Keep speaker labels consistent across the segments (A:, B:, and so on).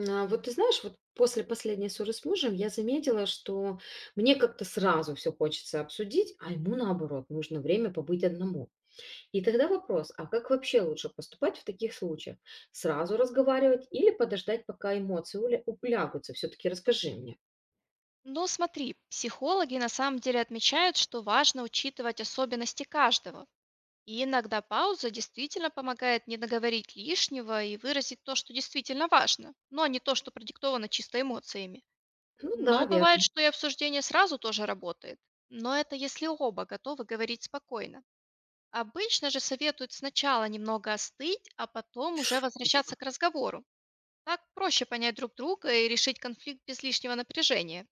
A: А, вот ты знаешь, вот после последней ссоры с мужем я заметила, что мне как-то сразу все хочется обсудить, а ему наоборот, нужно время побыть одному. И тогда вопрос, а как вообще лучше поступать в таких случаях? Сразу разговаривать или подождать, пока улягутся? Все-таки расскажи мне.
B: Ну, смотри, психологи на самом деле отмечают, что важно учитывать особенности каждого. И иногда пауза действительно помогает не наговорить лишнего и выразить то, что действительно важно, но не то, что продиктовано чисто эмоциями.
A: Ну да,
B: Но бывает,
A: верно.
B: что и обсуждение сразу тоже работает. Но это если оба готовы говорить спокойно. Обычно же советуют сначала немного остыть, а потом уже возвращаться к разговору. Так проще понять друг друга и решить конфликт без лишнего напряжения.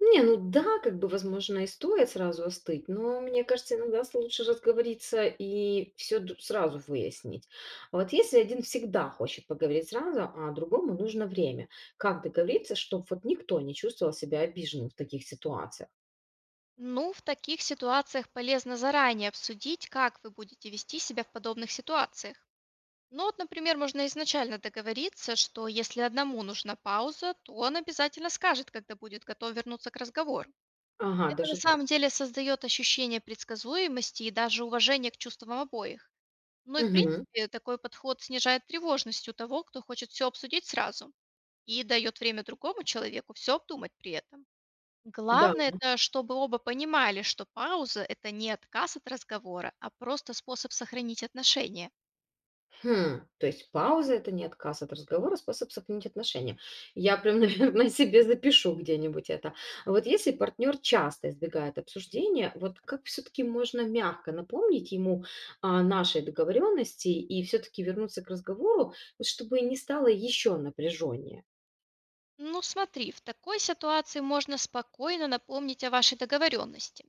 A: Не, ну да, как бы, возможно, и стоит сразу остыть, но мне кажется, иногда лучше разговориться и все сразу выяснить. А вот если один всегда хочет поговорить сразу, а другому нужно время, как договориться, чтобы вот никто не чувствовал себя обиженным в таких ситуациях?
B: Ну, в таких ситуациях полезно заранее обсудить, как вы будете вести себя в подобных ситуациях. Ну вот, например, можно изначально договориться, что если одному нужна пауза, то он обязательно скажет, когда будет готов вернуться к разговору.
A: Ага,
B: Это на
A: даже так.
B: самом деле создает ощущение предсказуемости и даже уважения к чувствам обоих. Ну и в
A: Мгм.
B: принципе такой подход снижает тревожность у того, кто хочет все обсудить сразу, и дает время другому человеку все обдумать при этом.
A: Да.
B: Главное, это чтобы оба понимали, что пауза– это не отказ от разговора, а просто способ сохранить отношения.
A: Хм, то есть пауза — это не отказ от разговора, а способ сохранить отношения. Я прям, наверное, себе запишу где-нибудь это. А вот если партнер часто избегает обсуждения, вот как все-таки можно мягко напомнить ему о нашей договоренности и все-таки вернуться к разговору, вот чтобы не стало еще напряженнее?
B: Ну смотри, в такой ситуации можно спокойно напомнить о вашей договоренности.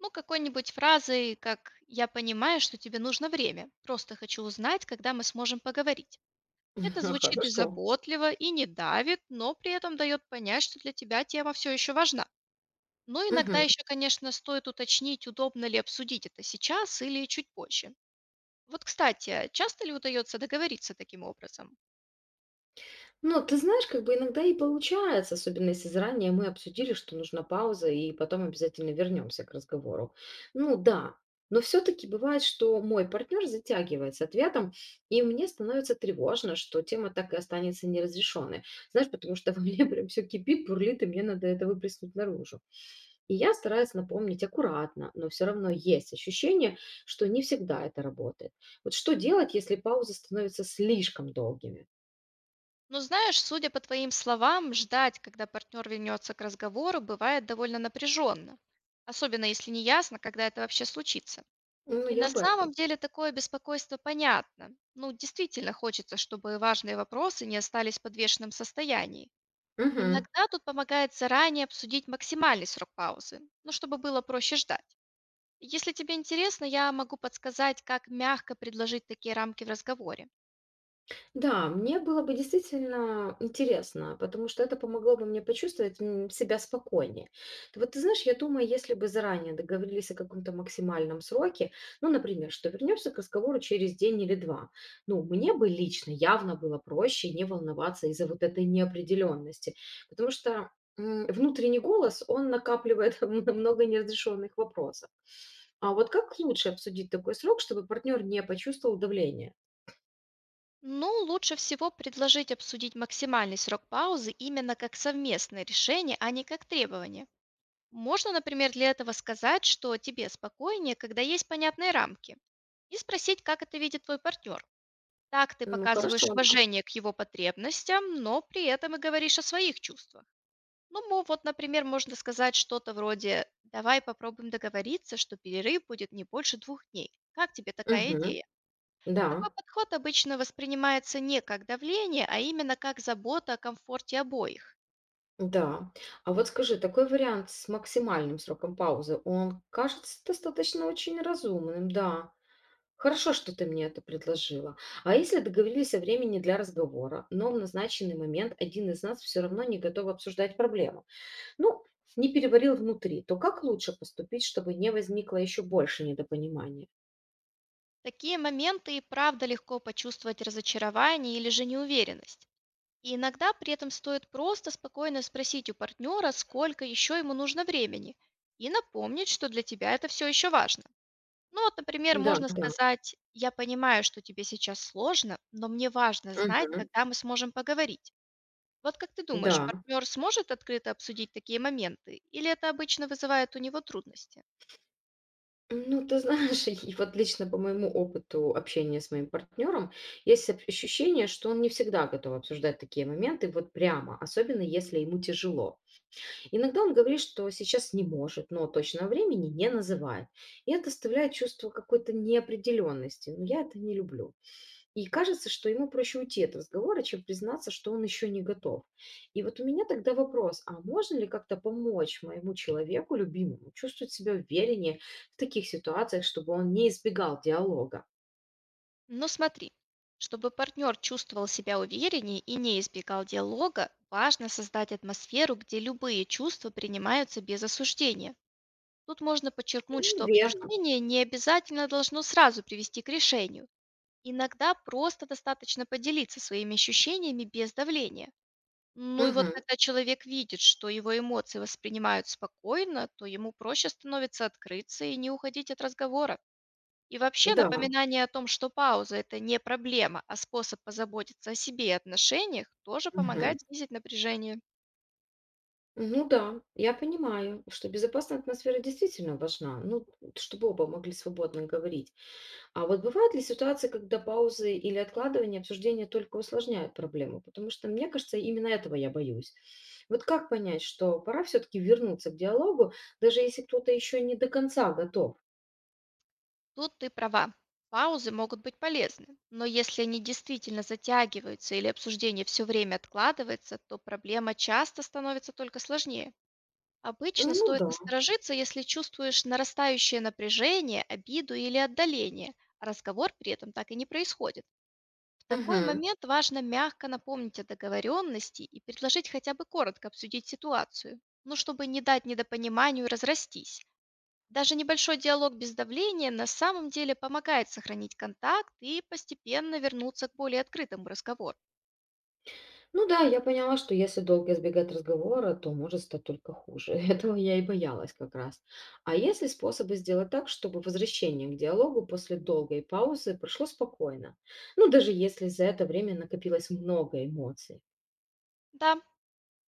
B: Ну, какой-нибудь фразой, как «я понимаю, что тебе нужно время, просто хочу узнать, когда мы сможем поговорить». Это звучит и
A: Хорошо.
B: заботливо, и не давит, но при этом дает понять, что для тебя тема все еще важна. Но иногда
A: Мгм.
B: еще, конечно, стоит уточнить, удобно ли обсудить это сейчас или чуть позже. Вот, кстати, часто ли удается договориться таким образом?
A: Ну, ты знаешь, как бы иногда и получается, особенно если заранее мы обсудили, что нужна пауза, и потом обязательно вернемся к разговору. Ну да, но все-таки бывает, что мой партнер затягивает с ответом, и мне становится тревожно, что тема так и останется неразрешенной. Знаешь, потому что во мне прям все кипит, бурлит, и мне надо это выплеснуть наружу. И я стараюсь напомнить аккуратно, но все равно есть ощущение, что не всегда это работает. Вот что делать, если паузы становятся слишком долгими?
B: Но знаешь, судя по твоим словам, ждать, когда партнер вернется к разговору, бывает довольно напряженно. Особенно, если не ясно, когда это вообще случится.
A: Ну,
B: И
A: я
B: на
A: об этом.
B: самом деле такое беспокойство понятно. Ну, действительно хочется, чтобы важные вопросы не остались в подвешенном состоянии.
A: Мгм.
B: Иногда тут помогает заранее обсудить максимальный срок паузы, ну, чтобы было проще ждать. Если тебе интересно, я могу подсказать, как мягко предложить такие рамки в разговоре.
A: Да, мне было бы действительно интересно, потому что это помогло бы мне почувствовать себя спокойнее. Вот ты знаешь, я думаю, если бы заранее договорились о каком-то максимальном сроке, ну, например, что вернемся к разговору через день или два, ну, мне бы лично явно было проще не волноваться из-за вот этой неопределенности, потому что внутренний голос, он накапливает много неразрешенных вопросов. А вот как лучше обсудить такой срок, чтобы партнер не почувствовал давление?
B: Ну, лучше всего предложить обсудить максимальный срок паузы именно как совместное решение, а не как требование. Можно, например, для этого сказать, что тебе спокойнее, когда есть понятные рамки, и спросить, как это видит твой партнер. Так ты
A: Ну,
B: показываешь
A: хорошо, да.
B: уважение к его потребностям, но при этом и говоришь о своих чувствах. Ну, вот, например, можно сказать что-то вроде «давай попробуем договориться, что перерыв будет не больше 2 дней». Как тебе такая
A: Мгм.
B: идея?
A: Да,
B: Такой подход обычно воспринимается не как давление, а именно как забота о комфорте обоих.
A: да. А вот скажи, такой вариант с максимальным сроком паузы, он кажется достаточно очень разумным, да. Хорошо, что ты мне это предложила. А если договорились о времени для разговора, но в назначенный момент один из нас все равно не готов обсуждать проблему, ну, не переварил внутри, то как лучше поступить, чтобы не возникло еще больше недопонимания?
B: Такие моменты и правда легко почувствовать разочарование или же неуверенность. И иногда при этом стоит просто спокойно спросить у партнера, сколько еще ему нужно времени, и напомнить, что для тебя это все еще важно. Ну вот, например,
A: Да,
B: можно
A: да.
B: сказать, я понимаю, что тебе сейчас сложно, но мне важно знать,
A: Мгм.
B: когда мы сможем поговорить. Вот как ты думаешь,
A: Да.
B: партнер сможет открыто обсудить такие моменты, или это обычно вызывает у него трудности?
A: Ну, ты знаешь, и вот лично по моему опыту общения с моим партнером есть ощущение, что он не всегда готов обсуждать такие моменты вот прямо, особенно если ему тяжело. Иногда он говорит, что сейчас не может, но точного времени не называет. И это оставляет чувство какой-то неопределенности. Но я это не люблю. И кажется, что ему проще уйти от разговора, чем признаться, что он еще не готов. И вот у меня тогда вопрос, а можно ли как-то помочь моему человеку, любимому, чувствовать себя увереннее в таких ситуациях, чтобы он не избегал диалога?
B: Но смотри, чтобы партнер чувствовал себя увереннее и не избегал диалога, важно создать атмосферу, где любые чувства принимаются без осуждения. Тут можно подчеркнуть, что
A: Верно.
B: обсуждение не обязательно должно сразу привести к решению. Иногда просто достаточно поделиться своими ощущениями без давления. Ну и вот
A: Мгм.
B: когда человек видит, что его эмоции воспринимают спокойно, то ему проще становится открыться и не уходить от разговора. И вообще
A: Да.
B: напоминание о том, что пауза– это не проблема, а способ позаботиться о себе и отношениях, тоже
A: Мгм.
B: помогает снизить напряжение.
A: Ну да, я понимаю, что безопасная атмосфера действительно важна, ну, чтобы оба могли свободно говорить. А вот бывают ли ситуации, когда паузы или откладывание обсуждения только усложняют проблему? Потому что, мне кажется, именно этого я боюсь. Вот как понять, что пора все-таки вернуться к диалогу, даже если кто-то еще не до конца готов?
B: Тут ты права. Паузы могут быть полезны, но если они действительно затягиваются или обсуждение все время откладывается, то проблема часто становится только сложнее. Обычно
A: Ну
B: стоит
A: да.
B: насторожиться, если чувствуешь нарастающее напряжение, обиду или отдаление, а разговор при этом так и не происходит. В такой
A: Мгм.
B: момент важно мягко напомнить о договоренности и предложить хотя бы коротко обсудить ситуацию, ну чтобы не дать недопониманию разрастись. Даже небольшой диалог без давления на самом деле помогает сохранить контакт и постепенно вернуться к более открытому разговору.
A: Ну да, я поняла, что если долго избегать разговора, то может стать только хуже. Этого я и боялась как раз. А есть ли способы сделать так, чтобы возвращение к диалогу после долгой паузы прошло спокойно? Ну, даже если за это время накопилось много эмоций.
B: Да,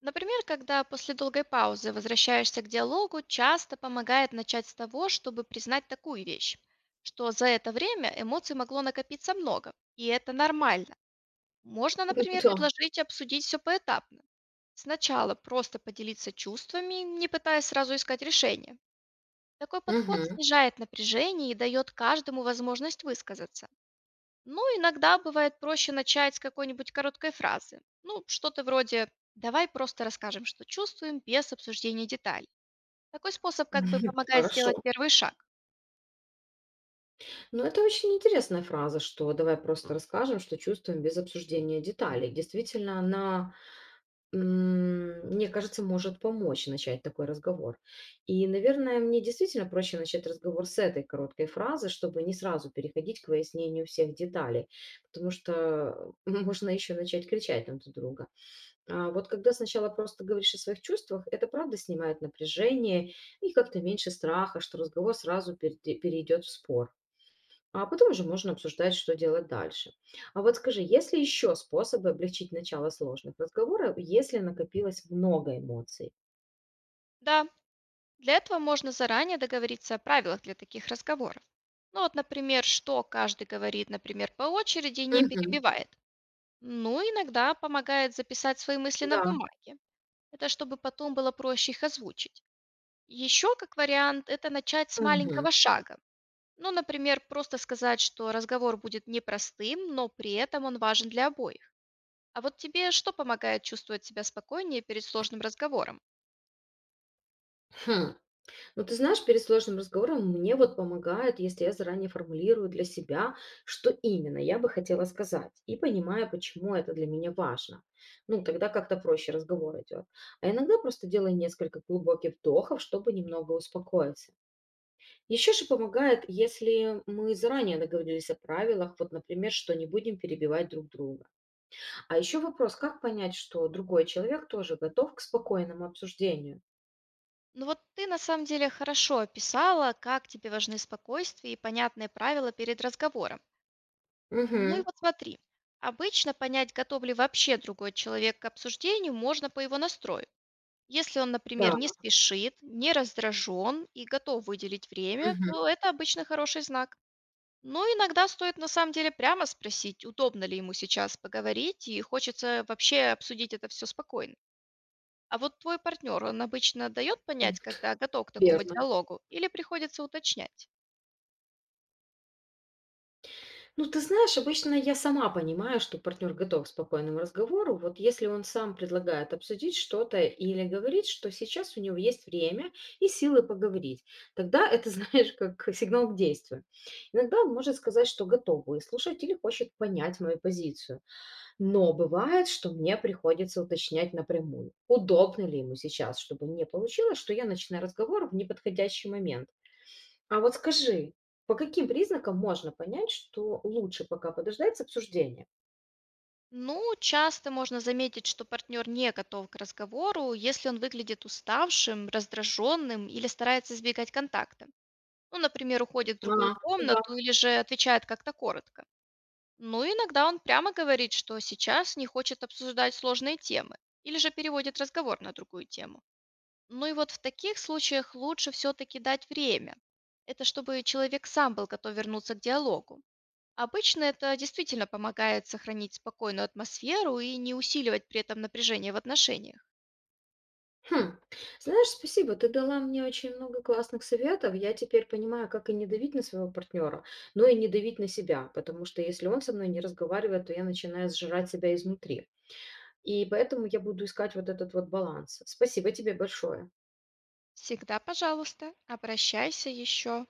B: например, когда после долгой паузы возвращаешься к диалогу, часто помогает начать с того, чтобы признать такую вещь, что за это время эмоций могло накопиться много, и это нормально. Можно, например,
A: Да.
B: предложить обсудить все поэтапно. Сначала просто поделиться чувствами, не пытаясь сразу искать решение. Такой подход
A: Мгм.
B: снижает напряжение и дает каждому возможность высказаться. Ну, иногда бывает проще начать с какой-нибудь короткой фразы. Ну, что-то вроде «давай просто расскажем, что чувствуем, без обсуждения деталей». Такой способ как бы помогает
A: Хорошо.
B: сделать первый шаг.
A: Ну, это очень интересная фраза, что давай просто расскажем, что чувствуем без обсуждения деталей. Действительно, она, мне кажется, может помочь начать такой разговор. И, наверное, мне действительно проще начать разговор с этой короткой фразы, чтобы не сразу переходить к выяснению всех деталей, потому что можно еще начать кричать на друг друга. А, вот когда сначала просто говоришь о своих чувствах, это правда снимает напряжение и как-то меньше страха, что разговор сразу перейдет в спор. А потом уже можно обсуждать, что делать дальше. А вот скажи, есть ли еще способы облегчить начало сложных разговоров, если накопилось много эмоций?
B: Да, для этого можно заранее договориться о правилах для таких разговоров. Ну вот, например, что каждый говорит, например, по очереди и не
A: Мгм.
B: перебивает. Ну, иногда помогает записать свои мысли на
A: Да.
B: бумаге. Это чтобы потом было проще их озвучить. Еще как вариант это начать с
A: Мгм.
B: маленького шага. Ну, например, просто сказать, что разговор будет непростым, но при этом он важен для обоих. А вот тебе что помогает чувствовать себя спокойнее перед сложным разговором?
A: Хм. Ну, ты знаешь, перед сложным разговором мне вот помогает, если я заранее формулирую для себя, что именно я бы хотела сказать, и понимаю, почему это для меня важно. Ну, тогда как-то проще разговор идет. А иногда просто делаю несколько глубоких вдохов, чтобы немного успокоиться. Еще же помогает, если мы заранее договорились о правилах, вот, например, что не будем перебивать друг друга. А еще вопрос, как понять, что другой человек тоже готов к спокойному обсуждению?
B: Ну вот ты на самом деле хорошо описала, как тебе важны спокойствие и понятные правила перед разговором. Ну и
A: Угу.
B: вот смотри, обычно понять, готов ли вообще другой человек к обсуждению, можно по его настрою. Если он,
A: Да,
B: например, не спешит, не раздражен и готов выделить время,
A: мгм.
B: то это обычно хороший знак. Ну, иногда стоит на самом деле прямо спросить, удобно ли ему сейчас поговорить и хочется вообще обсудить это все спокойно. А вот твой партнер, он обычно дает понять, когда готов к такому
A: Верно.
B: диалогу, или приходится уточнять?
A: Ну, ты знаешь, обычно я сама понимаю, что партнер готов к спокойному разговору. Вот если он сам предлагает обсудить что-то или говорит, что сейчас у него есть время и силы поговорить, тогда это, знаешь, как сигнал к действию. Иногда он может сказать, что готов выслушать или хочет понять мою позицию. Но бывает, что мне приходится уточнять напрямую, удобно ли ему сейчас, чтобы не получилось, что я начинаю разговор в неподходящий момент. А вот скажи, по каким признакам можно понять, что лучше пока подождать с обсуждением?
B: Ну, часто можно заметить, что партнер не готов к разговору, если он выглядит уставшим, раздраженным или старается избегать контакта. Ну, например, уходит в
A: Ага,
B: другую
A: да.
B: комнату или же отвечает как-то коротко. Ну, иногда он прямо говорит, что сейчас не хочет обсуждать сложные темы, или же переводит разговор на другую тему. Ну и вот в таких случаях лучше все-таки дать время. Это чтобы человек сам был готов вернуться к диалогу. Обычно это действительно помогает сохранить спокойную атмосферу и не усиливать при этом напряжение в отношениях.
A: Хм, знаешь, спасибо, ты дала мне очень много классных советов. Я теперь понимаю, как и не давить на своего партнера, но и не давить на себя, потому что если он со мной не разговаривает, то я начинаю сжирать себя изнутри. И поэтому я буду искать вот этот вот баланс. Спасибо тебе большое.
B: Всегда, пожалуйста, обращайся еще.